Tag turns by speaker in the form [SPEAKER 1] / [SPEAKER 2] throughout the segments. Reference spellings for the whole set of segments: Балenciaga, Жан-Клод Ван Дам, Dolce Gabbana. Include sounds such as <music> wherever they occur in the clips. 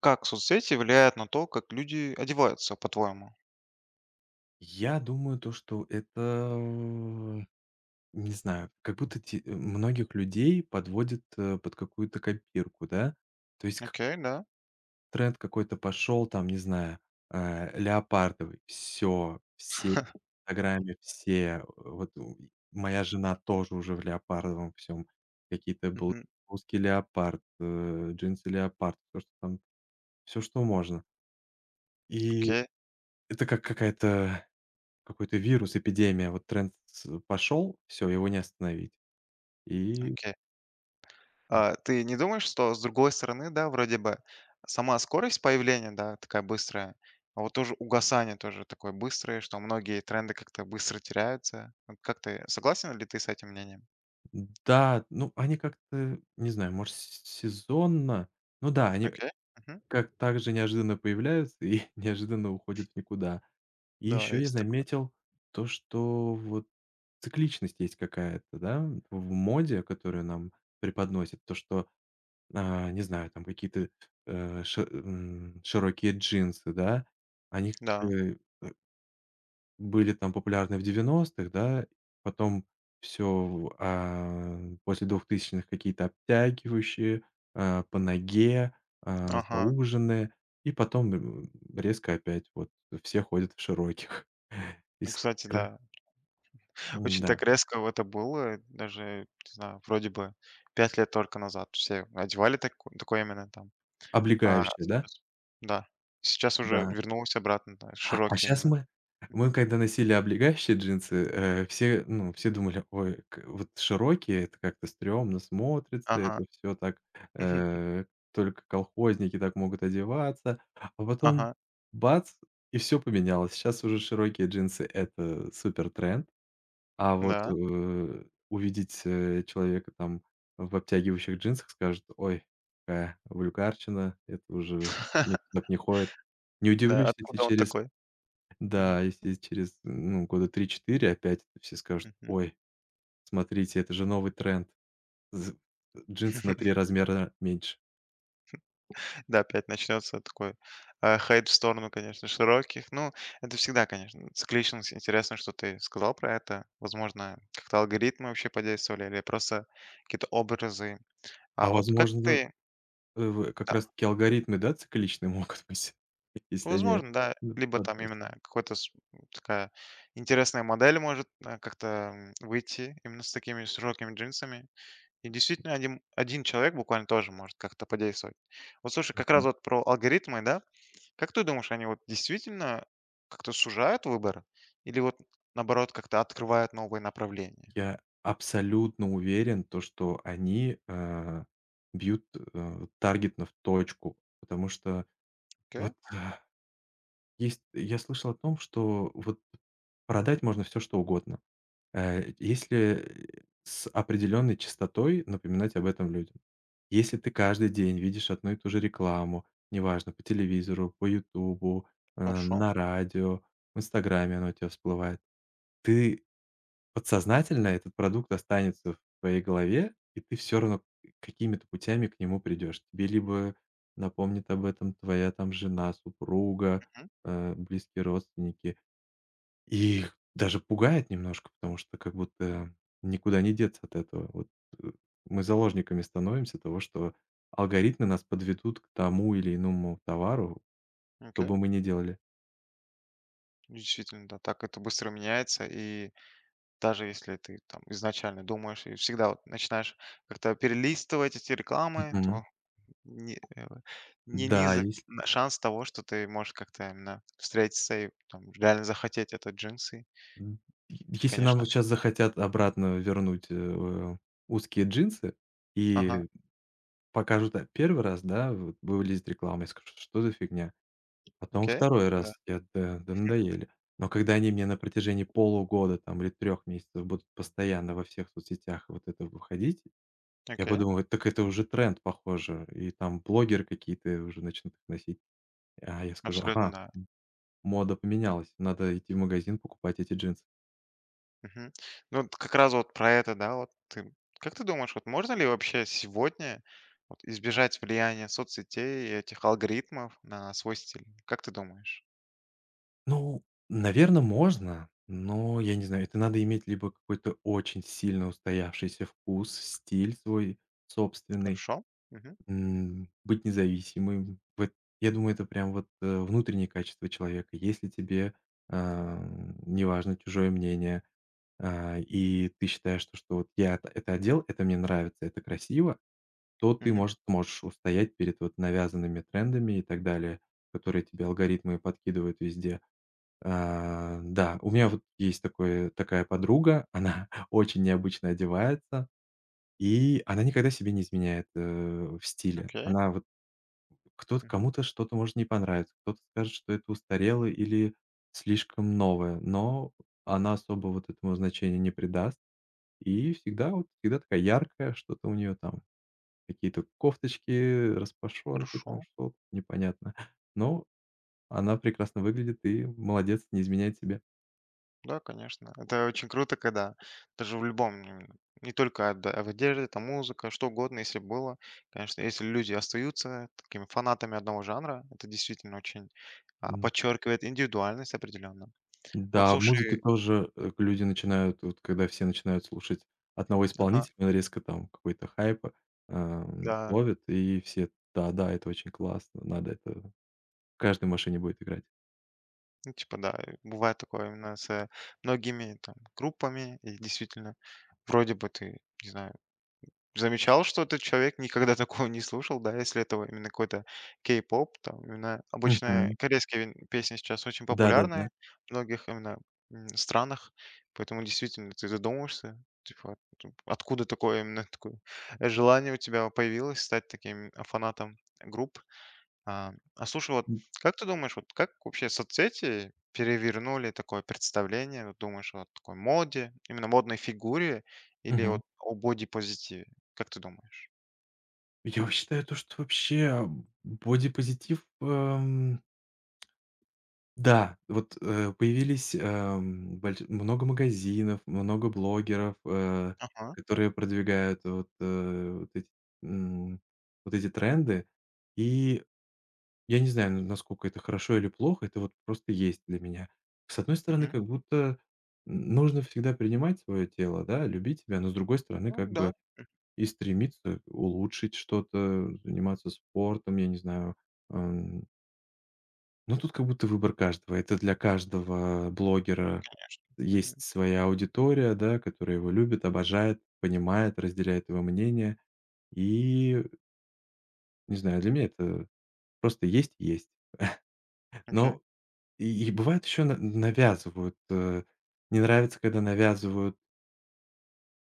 [SPEAKER 1] Как соцсети влияют на то, как люди одеваются, по-твоему?
[SPEAKER 2] Я думаю, то, что это, не знаю, как будто многих людей подводит, под какую-то копирку, да. То есть к
[SPEAKER 1] Окей, да.
[SPEAKER 2] Тренд какой-то пошел, там, не знаю, леопардовый. Все, все в "Инстаграме", все, вот у и моя жена тоже уже в леопардовом всем. Какие-то был
[SPEAKER 1] Мгм.
[SPEAKER 2] блузки леопард, джинсы леопард, все что можно. И
[SPEAKER 1] Окей,
[SPEAKER 2] это как какая-то Какой-то вирус, эпидемия, вот тренд пошел, все его не остановить. И
[SPEAKER 1] окей. А ты не думаешь, что с другой стороны, да, вроде бы сама скорость появления, да, такая быстрая, а вот тоже угасание тоже такое быстрое, что многие тренды как-то быстро теряются. Вот как ты, согласен ли ты с этим мнением?
[SPEAKER 2] да, ну, они как-то, не знаю, может, с сезонно, ну да, они
[SPEAKER 1] Окей. Мгм.
[SPEAKER 2] как так же неожиданно появляются и <laughs> неожиданно уходят в никуда. И
[SPEAKER 1] Да,
[SPEAKER 2] еще я
[SPEAKER 1] есть такое.
[SPEAKER 2] заметил то, что вот цикличность есть какая-то, да, в моде, которую нам преподносят. То, что, не знаю, там какие-то, широкие джинсы, да, они
[SPEAKER 1] Да.
[SPEAKER 2] э, были там популярны в 90-х, да, потом все после 2000-х какие-то обтягивающие, по ноге,
[SPEAKER 1] Ага.
[SPEAKER 2] зауженные, и потом, резко опять вот все ходят в широких. <laughs>
[SPEAKER 1] Ну, кстати,
[SPEAKER 2] Искра,
[SPEAKER 1] да. Очень
[SPEAKER 2] м-да,
[SPEAKER 1] так резко это было, даже, не знаю, вроде бы 5 лет только назад все одевали такое именно там. А,
[SPEAKER 2] облегающие, да?
[SPEAKER 1] сейчас да. Сейчас уже
[SPEAKER 2] Да.
[SPEAKER 1] вернулась обратно, да,
[SPEAKER 2] А
[SPEAKER 1] широкий
[SPEAKER 2] сейчас
[SPEAKER 1] именно.
[SPEAKER 2] мы
[SPEAKER 1] Мгм.
[SPEAKER 2] когда носили облегающие джинсы, ну, все думали: "Ой, к вот широкие — это как-то стрёмно смотрится,
[SPEAKER 1] Ага.
[SPEAKER 2] это все так,
[SPEAKER 1] Мгм.
[SPEAKER 2] э, только колхозники так могут одеваться". А потом
[SPEAKER 1] Ага.
[SPEAKER 2] бац, и все поменялось. Сейчас уже широкие джинсы — это супер тренд, а вот,
[SPEAKER 1] Да.
[SPEAKER 2] увидеть, человека там в обтягивающих джинсах, скажут: "Ой, какая вульгарщина, это уже никто
[SPEAKER 1] <laughs>
[SPEAKER 2] так не ходит". Не
[SPEAKER 1] Да,
[SPEAKER 2] удивлюсь, если
[SPEAKER 1] откуда он
[SPEAKER 2] через
[SPEAKER 1] такой? Мгм.
[SPEAKER 2] да, если через, ну, года три-четыре опять все скажут:
[SPEAKER 1] Мгм.
[SPEAKER 2] "Ой, смотрите, это же новый тренд. З Джинсы на 3
[SPEAKER 1] <laughs>
[SPEAKER 2] размера меньше".
[SPEAKER 1] Да, опять начнется такой, хейт в сторону, конечно, широких. Ну, это всегда, конечно, цикличность. Интересно, что ты сказал про это. Возможно, как-то алгоритмы вообще подействовали или просто какие-то образы. А
[SPEAKER 2] А
[SPEAKER 1] вот как
[SPEAKER 2] возможно,
[SPEAKER 1] ты
[SPEAKER 2] э, в как раз таки алгоритмы, да, цикличные могут быть, <laughs> если они,
[SPEAKER 1] Возможно, да.
[SPEAKER 2] ну,
[SPEAKER 1] Либо там
[SPEAKER 2] подносят.
[SPEAKER 1] именно какой-то такая интересная модель может, как-то, выйти именно с такими широкими джинсами. И действительно, один человек буквально тоже может как-то подействовать. Вот слушай, как раз
[SPEAKER 2] Мгм.
[SPEAKER 1] вот про алгоритмы, да. Как ты думаешь, они вот действительно как-то сужают выбор или вот, наоборот, как-то открывают новые направления?
[SPEAKER 2] Я абсолютно уверен, то что они, бьют, таргетно в точку, потому что
[SPEAKER 1] Окей,
[SPEAKER 2] вот, <sighs> Есть я слышал о том, что вот продать можно все, что угодно, если с определенной частотой напоминать об этом людям. Если ты каждый день видишь одну и ту же рекламу, неважно, по телевизору, по "Ютубу",
[SPEAKER 1] хорошо.
[SPEAKER 2] на радио, в "Инстаграме" она у тебя всплывает, ты Подсознательно этот продукт останется в твоей голове, и ты все равно какими-то путями к нему придешь. Тебе либо напомнит об этом твоя там жена, супруга,
[SPEAKER 1] Мгм.
[SPEAKER 2] близкие родственники. И их даже пугает немножко, потому что как будто никуда не деться от этого. Вот, э, мы заложниками становимся того, что алгоритмы нас подведут к тому или иному товару, что бы
[SPEAKER 1] Окей.
[SPEAKER 2] мы ни делали.
[SPEAKER 1] Действительно, да, так это быстро меняется и даже если ты там изначально думаешь и всегда вот начинаешь как-то перелистывать эти рекламы,
[SPEAKER 2] Мгм.
[SPEAKER 1] то не, э, не
[SPEAKER 2] Да,
[SPEAKER 1] низок шанс того, что ты можешь как-то именно встретиться и там реально захотеть это джинсы,
[SPEAKER 2] М, если нам
[SPEAKER 1] конечно.
[SPEAKER 2] вот щас захотят обратно вернуть, узкие джинсы
[SPEAKER 1] Ага,
[SPEAKER 2] и покажут, 1 раз, да, вот вылезет реклама, я скажу: "Что за фигня?" Потом
[SPEAKER 1] окей,
[SPEAKER 2] второй
[SPEAKER 1] да,
[SPEAKER 2] раз, я: "Да, да, надоели". Но когда они мне на протяжении полугода там или 3 месяцев будут постоянно во всех соцсетях вот это выходить, я
[SPEAKER 1] окей,
[SPEAKER 2] подумаю: "Так это уже тренд, похоже". И там блогеры какие-то уже начнут их носить. А я скажу:
[SPEAKER 1] абсолютно,
[SPEAKER 2] "Ага,
[SPEAKER 1] да.
[SPEAKER 2] мода поменялась, надо идти в магазин покупать эти джинсы".
[SPEAKER 1] Мгм. Ну, вот как раз вот про это, да, вот ты, как ты думаешь, вот можно ли вообще сегодня вот избежать влияния соцсетей и этих алгоритмов на свой стиль? Как ты думаешь?
[SPEAKER 2] Ну, наверное, можно, но я не знаю, это надо иметь либо какой-то очень сильно устоявшийся вкус, стиль свой собственный,
[SPEAKER 1] Хорошо? Мгм.
[SPEAKER 2] быть независимым. Вот я думаю, это прям вот, внутренние качества человека. Если тебе, а, неважно чужое мнение, и ты считаешь, что вот я это одел, это мне нравится, это красиво, то ты,
[SPEAKER 1] Мгм.
[SPEAKER 2] может, можешь устоять перед вот навязанными трендами и так далее, которые тебе алгоритмы подкидывают везде. А, да, у меня вот есть такое такая подруга, она <laughs> очень необычно одевается, и она никогда себе не изменяет, в стиле.
[SPEAKER 1] Окей.
[SPEAKER 2] Она вот кто-то
[SPEAKER 1] Мгм.
[SPEAKER 2] кому-то что-то может не понравиться, кто-то скажет, что это устарело или слишком новое, но она особо вот этому значения не придаст и всегда такая яркая, что-то у нее там, какие-то кофточки, распашонки, там
[SPEAKER 1] Хорошо.
[SPEAKER 2] что-то непонятно. Но она прекрасно выглядит и молодец, не изменяет себе.
[SPEAKER 1] Да, конечно. Это очень круто, когда даже в любом, не только в одежде, там музыка, что угодно, если было. Конечно, если люди остаются такими фанатами одного жанра, это действительно очень подчеркивает индивидуальность определенно. Вот
[SPEAKER 2] Да, в музыке
[SPEAKER 1] слушай,
[SPEAKER 2] тоже, вот когда все начинают слушать одного
[SPEAKER 1] ага,
[SPEAKER 2] исполнителя, он резко там какой-то хайп,
[SPEAKER 1] да,
[SPEAKER 2] ловит, и все: "Да-да, это очень классно, надо это в каждой машине будет играть".
[SPEAKER 1] ну, типа, да, бывает такое именно с многими там группами, и действительно, вроде бы ты, не знаю, замечал, что этот человек никогда такого не слушал, да, если это вот именно какой-то кей-поп, там именно обычно
[SPEAKER 2] Мгм.
[SPEAKER 1] корейские песни сейчас очень популярны
[SPEAKER 2] Да-да-да.
[SPEAKER 1] в многих именно странах, поэтому действительно ты задумаешься, типа, откуда такое именно такое желание у тебя появилось стать таким фанатом групп. А слушай, вот
[SPEAKER 2] М.
[SPEAKER 1] как ты думаешь, вот как вообще соцсети перевернули такое представление, вот думаешь, вот такой моде, именно модной фигуре или
[SPEAKER 2] Мгм.
[SPEAKER 1] вот о бодипозитиве? Как ты думаешь?
[SPEAKER 2] Я вот считаю то, что вообще бодипозитив. Да, вот, появились, больш много магазинов, много блогеров,
[SPEAKER 1] Ага,
[SPEAKER 2] которые продвигают вот, м, вот эти тренды. И я не знаю, н насколько это хорошо или плохо, это вот просто есть для меня. С одной стороны,
[SPEAKER 1] мгм.
[SPEAKER 2] как будто нужно всегда принимать свое тело, да, любить себя, но с другой стороны,
[SPEAKER 1] Ну
[SPEAKER 2] как
[SPEAKER 1] да,
[SPEAKER 2] бы и стремиться улучшить что-то, заниматься спортом, я не знаю, эм ну, тут как будто выбор каждого. Это для каждого блогера есть
[SPEAKER 1] мгм.
[SPEAKER 2] своя аудитория, да, которая его любит, обожает, понимает, разделяет его мнение. И, не знаю, для меня это просто есть и есть.
[SPEAKER 1] Окей.
[SPEAKER 2] Но и бывает еще навязывают. Не нравится, когда навязывают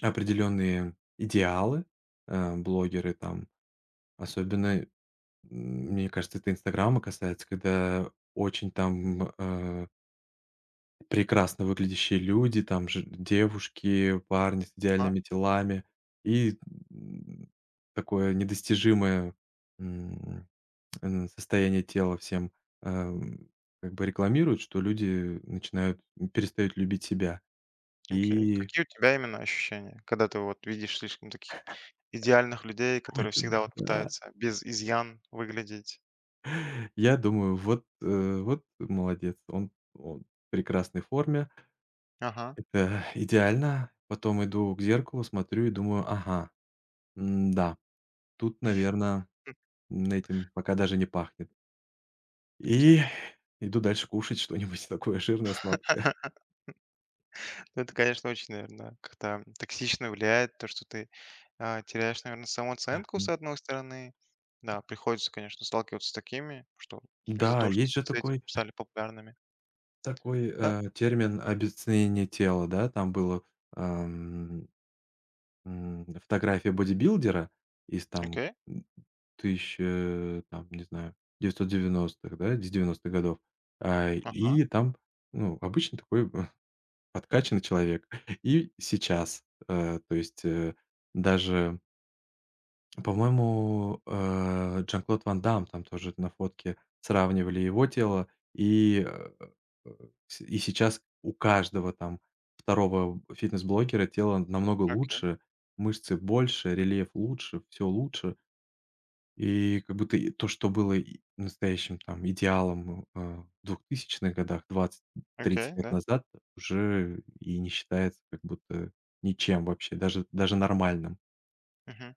[SPEAKER 2] определенные идеалы, блогеры там. Особенно, мне кажется, это Инстаграма касается, когда очень там прекрасно выглядящие люди, там же девушки, парни с
[SPEAKER 1] А,
[SPEAKER 2] идеальными телами, и, м, такое недостижимое, м, состояние тела всем, эм, как бы рекламируют, что люди начинают перестают любить себя.
[SPEAKER 1] окей.
[SPEAKER 2] И
[SPEAKER 1] Какие у тебя именно ощущения, когда ты вот видишь слишком таких идеальных людей, которые
[SPEAKER 2] <laughs>
[SPEAKER 1] всегда вот
[SPEAKER 2] да,
[SPEAKER 1] пытаются без изъян выглядеть?
[SPEAKER 2] я думаю, вот, вот молодец, он в прекрасной форме,
[SPEAKER 1] Ага,
[SPEAKER 2] это идеально. Потом иду к зеркалу, смотрю и думаю: "Ага, да, тут, наверное, этим пока даже не пахнет". И
[SPEAKER 1] окей.
[SPEAKER 2] иду дальше кушать что-нибудь <laughs> такое жирное, сладкое.
[SPEAKER 1] <laughs> Ну, это, конечно, очень, наверное, как-то токсично влияет, то, что ты теряешь, наверное, самооценку, с
[SPEAKER 2] М,
[SPEAKER 1] одной стороны. Да, приходится, конечно, сталкиваться с такими, что из-за
[SPEAKER 2] да,
[SPEAKER 1] того, что
[SPEAKER 2] есть же
[SPEAKER 1] соцсети стали популярными.
[SPEAKER 2] такой,
[SPEAKER 1] Да,
[SPEAKER 2] термин "обесценение тела", да. Там было, ам, фотография бодибилдера из там,
[SPEAKER 1] окей,
[SPEAKER 2] м, тыщ э, там, не знаю, девятьсот девяностых да, из 90-х годов. А,
[SPEAKER 1] ага,
[SPEAKER 2] и там, ну, обычно такой <laughs> подкачанный человек. И сейчас, то есть, даже, по-моему, Жан-Клод Ван Дам, там тоже на фотке сравнивали его тело, и, э, э, с и сейчас у каждого там второго фитнес-блогера тело намного
[SPEAKER 1] окей,
[SPEAKER 2] лучше, мышцы больше, рельеф лучше, все лучше. И как будто и то, что было и настоящим там идеалом, в 2000-х годах,
[SPEAKER 1] окей,
[SPEAKER 2] 20-30 лет
[SPEAKER 1] да.
[SPEAKER 2] назад, уже и не считается как будто ничем вообще, даже нормальным.
[SPEAKER 1] Мгм.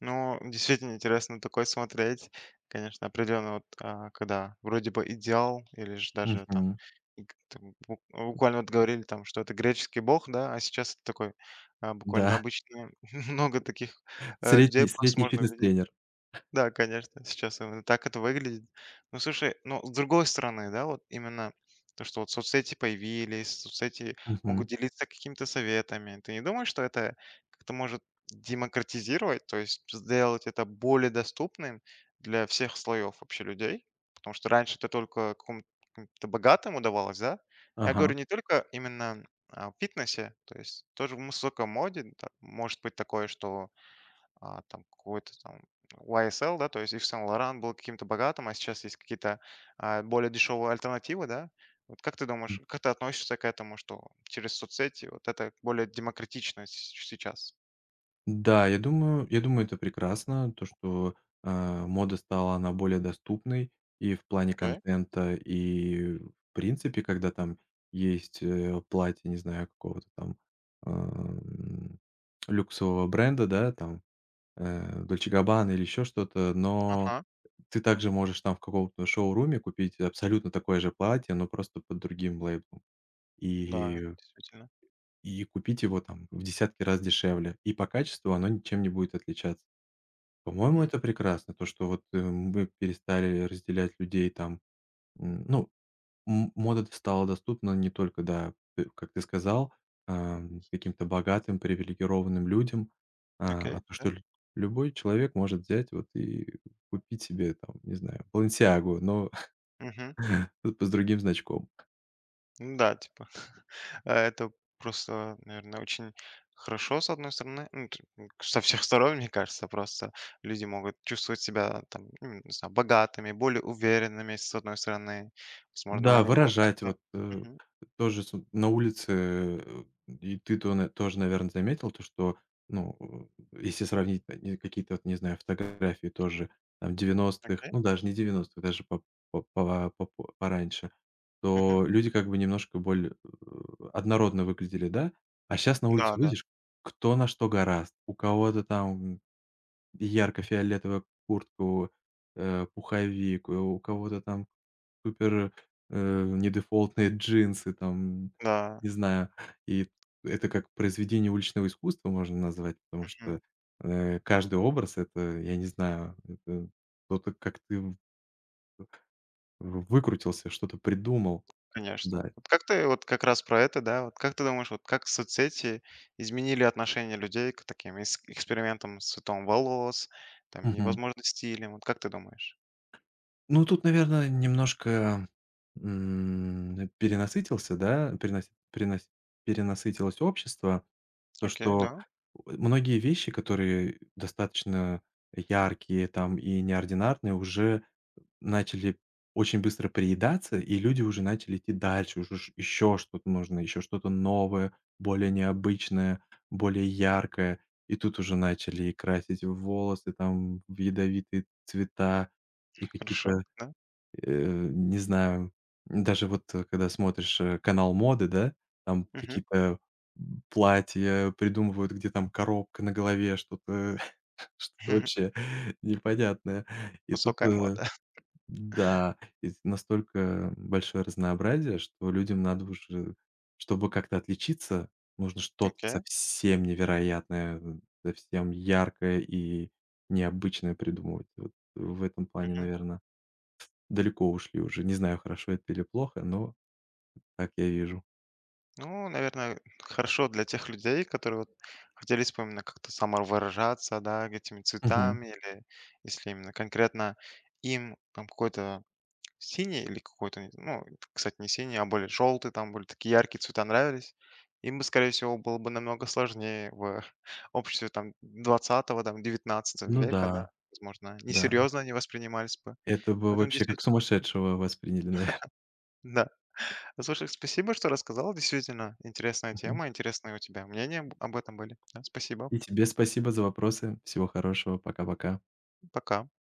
[SPEAKER 1] Ну, действительно интересно такое смотреть. Конечно, определенно, вот, когда вроде бы идеал, или же даже там,
[SPEAKER 2] Мгм.
[SPEAKER 1] и там буквально вот говорили там, что это греческий бог, да, а сейчас это такой буквально
[SPEAKER 2] Да.
[SPEAKER 1] обычный. <laughs> Много таких людей просто
[SPEAKER 2] Средний
[SPEAKER 1] можно увидеть.
[SPEAKER 2] фитнес-тренер.
[SPEAKER 1] Да, конечно, сейчас именно так это выглядит. Ну, слушай, но с другой стороны, да, вот именно то, что вот соцсети появились, соцсети могут
[SPEAKER 2] Мгм.
[SPEAKER 1] делиться какими-то советами. Ты не думаешь, что это как-то может демократизировать, то есть сделать это более доступным для всех слоев вообще людей? Потому что раньше это только каким-то богатым удавалось, да? Я
[SPEAKER 2] Ага.
[SPEAKER 1] говорю не только именно о фитнесе, то есть тоже в высоком моде да, может быть такое, что там какой-то там YSL, да, то есть Yves Saint Laurent был каким-то богатым, а сейчас есть какие-то более дешевые альтернативы, да. Вот как ты думаешь,
[SPEAKER 2] М,
[SPEAKER 1] как ты относишься к этому, что через соцсети вот это более демократично сейчас?
[SPEAKER 2] да, я думаю, это прекрасно, то, что, мода стала, она более доступной и в плане
[SPEAKER 1] Окей.
[SPEAKER 2] контента, и в принципе, когда там есть, платье, не знаю, какого-то там, ам, люксового бренда, да, там, Dolce Gabbana или еще что-то, но
[SPEAKER 1] Ага,
[SPEAKER 2] ты также можешь там в каком-то шоуруме купить абсолютно такое же платье, но просто под другим лейблом.
[SPEAKER 1] да,
[SPEAKER 2] И
[SPEAKER 1] действительно.
[SPEAKER 2] и купить его там в десятки раз дешевле, и по качеству оно ничем не будет отличаться. По-моему,
[SPEAKER 1] Мгм.
[SPEAKER 2] это прекрасно, то, что вот, мы перестали разделять людей там. Ну, мода стала доступна не только, да, т как ты сказал, каким-то богатым, привилегированным людям, а
[SPEAKER 1] Окей,
[SPEAKER 2] то,
[SPEAKER 1] да.
[SPEAKER 2] что лю любой человек может взять вот и купить себе там, не знаю, "Баленсиагу", но <laughs>
[SPEAKER 1] Мгм.
[SPEAKER 2] с другим значком.
[SPEAKER 1] Ну да, типа, <laughs> это просто, наверное, очень хорошо, с одной стороны, ну, со всех сторон, мне кажется, просто люди могут чувствовать себя там, не знаю, богатыми, более уверенными, с одной стороны, возможно,
[SPEAKER 2] Да,
[SPEAKER 1] они будут
[SPEAKER 2] выражать
[SPEAKER 1] как-то.
[SPEAKER 2] вот,
[SPEAKER 1] Мгм,
[SPEAKER 2] тоже с на улице, и ты то на тоже, наверное, заметил, то что, ну, если сравнить, какие-то вот, не знаю, фотографии тоже там 90,
[SPEAKER 1] окей,
[SPEAKER 2] ну, даже не 90-х, даже по пова попо пораньше,
[SPEAKER 1] мгм.
[SPEAKER 2] то люди как бы немножко более, однородно выглядели, да? А сейчас на
[SPEAKER 1] Да,
[SPEAKER 2] улицу
[SPEAKER 1] да,
[SPEAKER 2] выйдешь, кто на что гораст. У кого-то там ярко-фиолетовая куртку, пуховик, у кого-то там супер, недефолтные джинсы, там,
[SPEAKER 1] да,
[SPEAKER 2] не знаю. И это как произведение уличного искусства можно назвать, потому
[SPEAKER 1] мгм,
[SPEAKER 2] что, каждый образ — это, я не знаю, это кто-то, как ты, в выкрутился, что-то придумал.
[SPEAKER 1] конечно.
[SPEAKER 2] Да.
[SPEAKER 1] Вот как ты, вот как раз про это, да, вот как ты думаешь, вот как соцсети изменили отношение людей к таким экспериментам с цветом волос, там, и,
[SPEAKER 2] Мгм.
[SPEAKER 1] возможно, стилем, вот как ты думаешь?
[SPEAKER 2] Ну, тут, наверное, немножко, перенасытился, да, перенаси перенаси перенасытилось общество. То,
[SPEAKER 1] Окей,
[SPEAKER 2] что
[SPEAKER 1] да.
[SPEAKER 2] многие вещи, которые достаточно яркие там и неординарные, уже начали очень быстро приедаться, и люди уже начали идти дальше, уже еще что-то нужно, еще что-то новое, более необычное, более яркое. И тут уже начали и красить волосы там в ядовитые цвета, и
[SPEAKER 1] Хорошо,
[SPEAKER 2] какие-то.
[SPEAKER 1] да.
[SPEAKER 2] Не знаю, даже вот, когда смотришь, канал моды, да, там
[SPEAKER 1] Мгм.
[SPEAKER 2] какие-то, платья придумывают, где там коробка на голове, что-то <laughs> что-то вообще
[SPEAKER 1] <laughs>
[SPEAKER 2] <laughs> непонятное. И тут,
[SPEAKER 1] Высокая мода. <laughs>
[SPEAKER 2] да, и настолько большое разнообразие, что людям надо уже, чтобы как-то отличиться, нужно что-то
[SPEAKER 1] Окей.
[SPEAKER 2] совсем невероятное, совсем яркое и необычное придумывать. Вот в этом плане,
[SPEAKER 1] Мгм.
[SPEAKER 2] наверное. Далеко ушли уже. Не знаю, хорошо это или плохо, но так я вижу.
[SPEAKER 1] Ну, наверное, хорошо для тех людей, которые вот хотели с именно как-то самовыражаться, да, этими
[SPEAKER 2] Мгм.
[SPEAKER 1] цветами, или если именно конкретно им там какой-то синий или какой-то, не ну, кстати, не синий, а более желтый, там были такие яркие цвета нравились, им бы, скорее всего, было бы намного сложнее в <laughs> обществе там двадцатого там девятнадцатого
[SPEAKER 2] Ну
[SPEAKER 1] века, да,
[SPEAKER 2] да,
[SPEAKER 1] возможно,
[SPEAKER 2] да.
[SPEAKER 1] несерьезно они воспринимались бы.
[SPEAKER 2] Это бы
[SPEAKER 1] Поэтому
[SPEAKER 2] вообще как
[SPEAKER 1] действительно,
[SPEAKER 2] сумасшедшего восприняли, <laughs> наверное.
[SPEAKER 1] да. Слушай, спасибо, что рассказал. Действительно интересная
[SPEAKER 2] Мгм.
[SPEAKER 1] тема, интересные у тебя мнения об этом были. Да, спасибо.
[SPEAKER 2] И тебе спасибо за вопросы. Всего хорошего. Пока-пока.
[SPEAKER 1] Пока.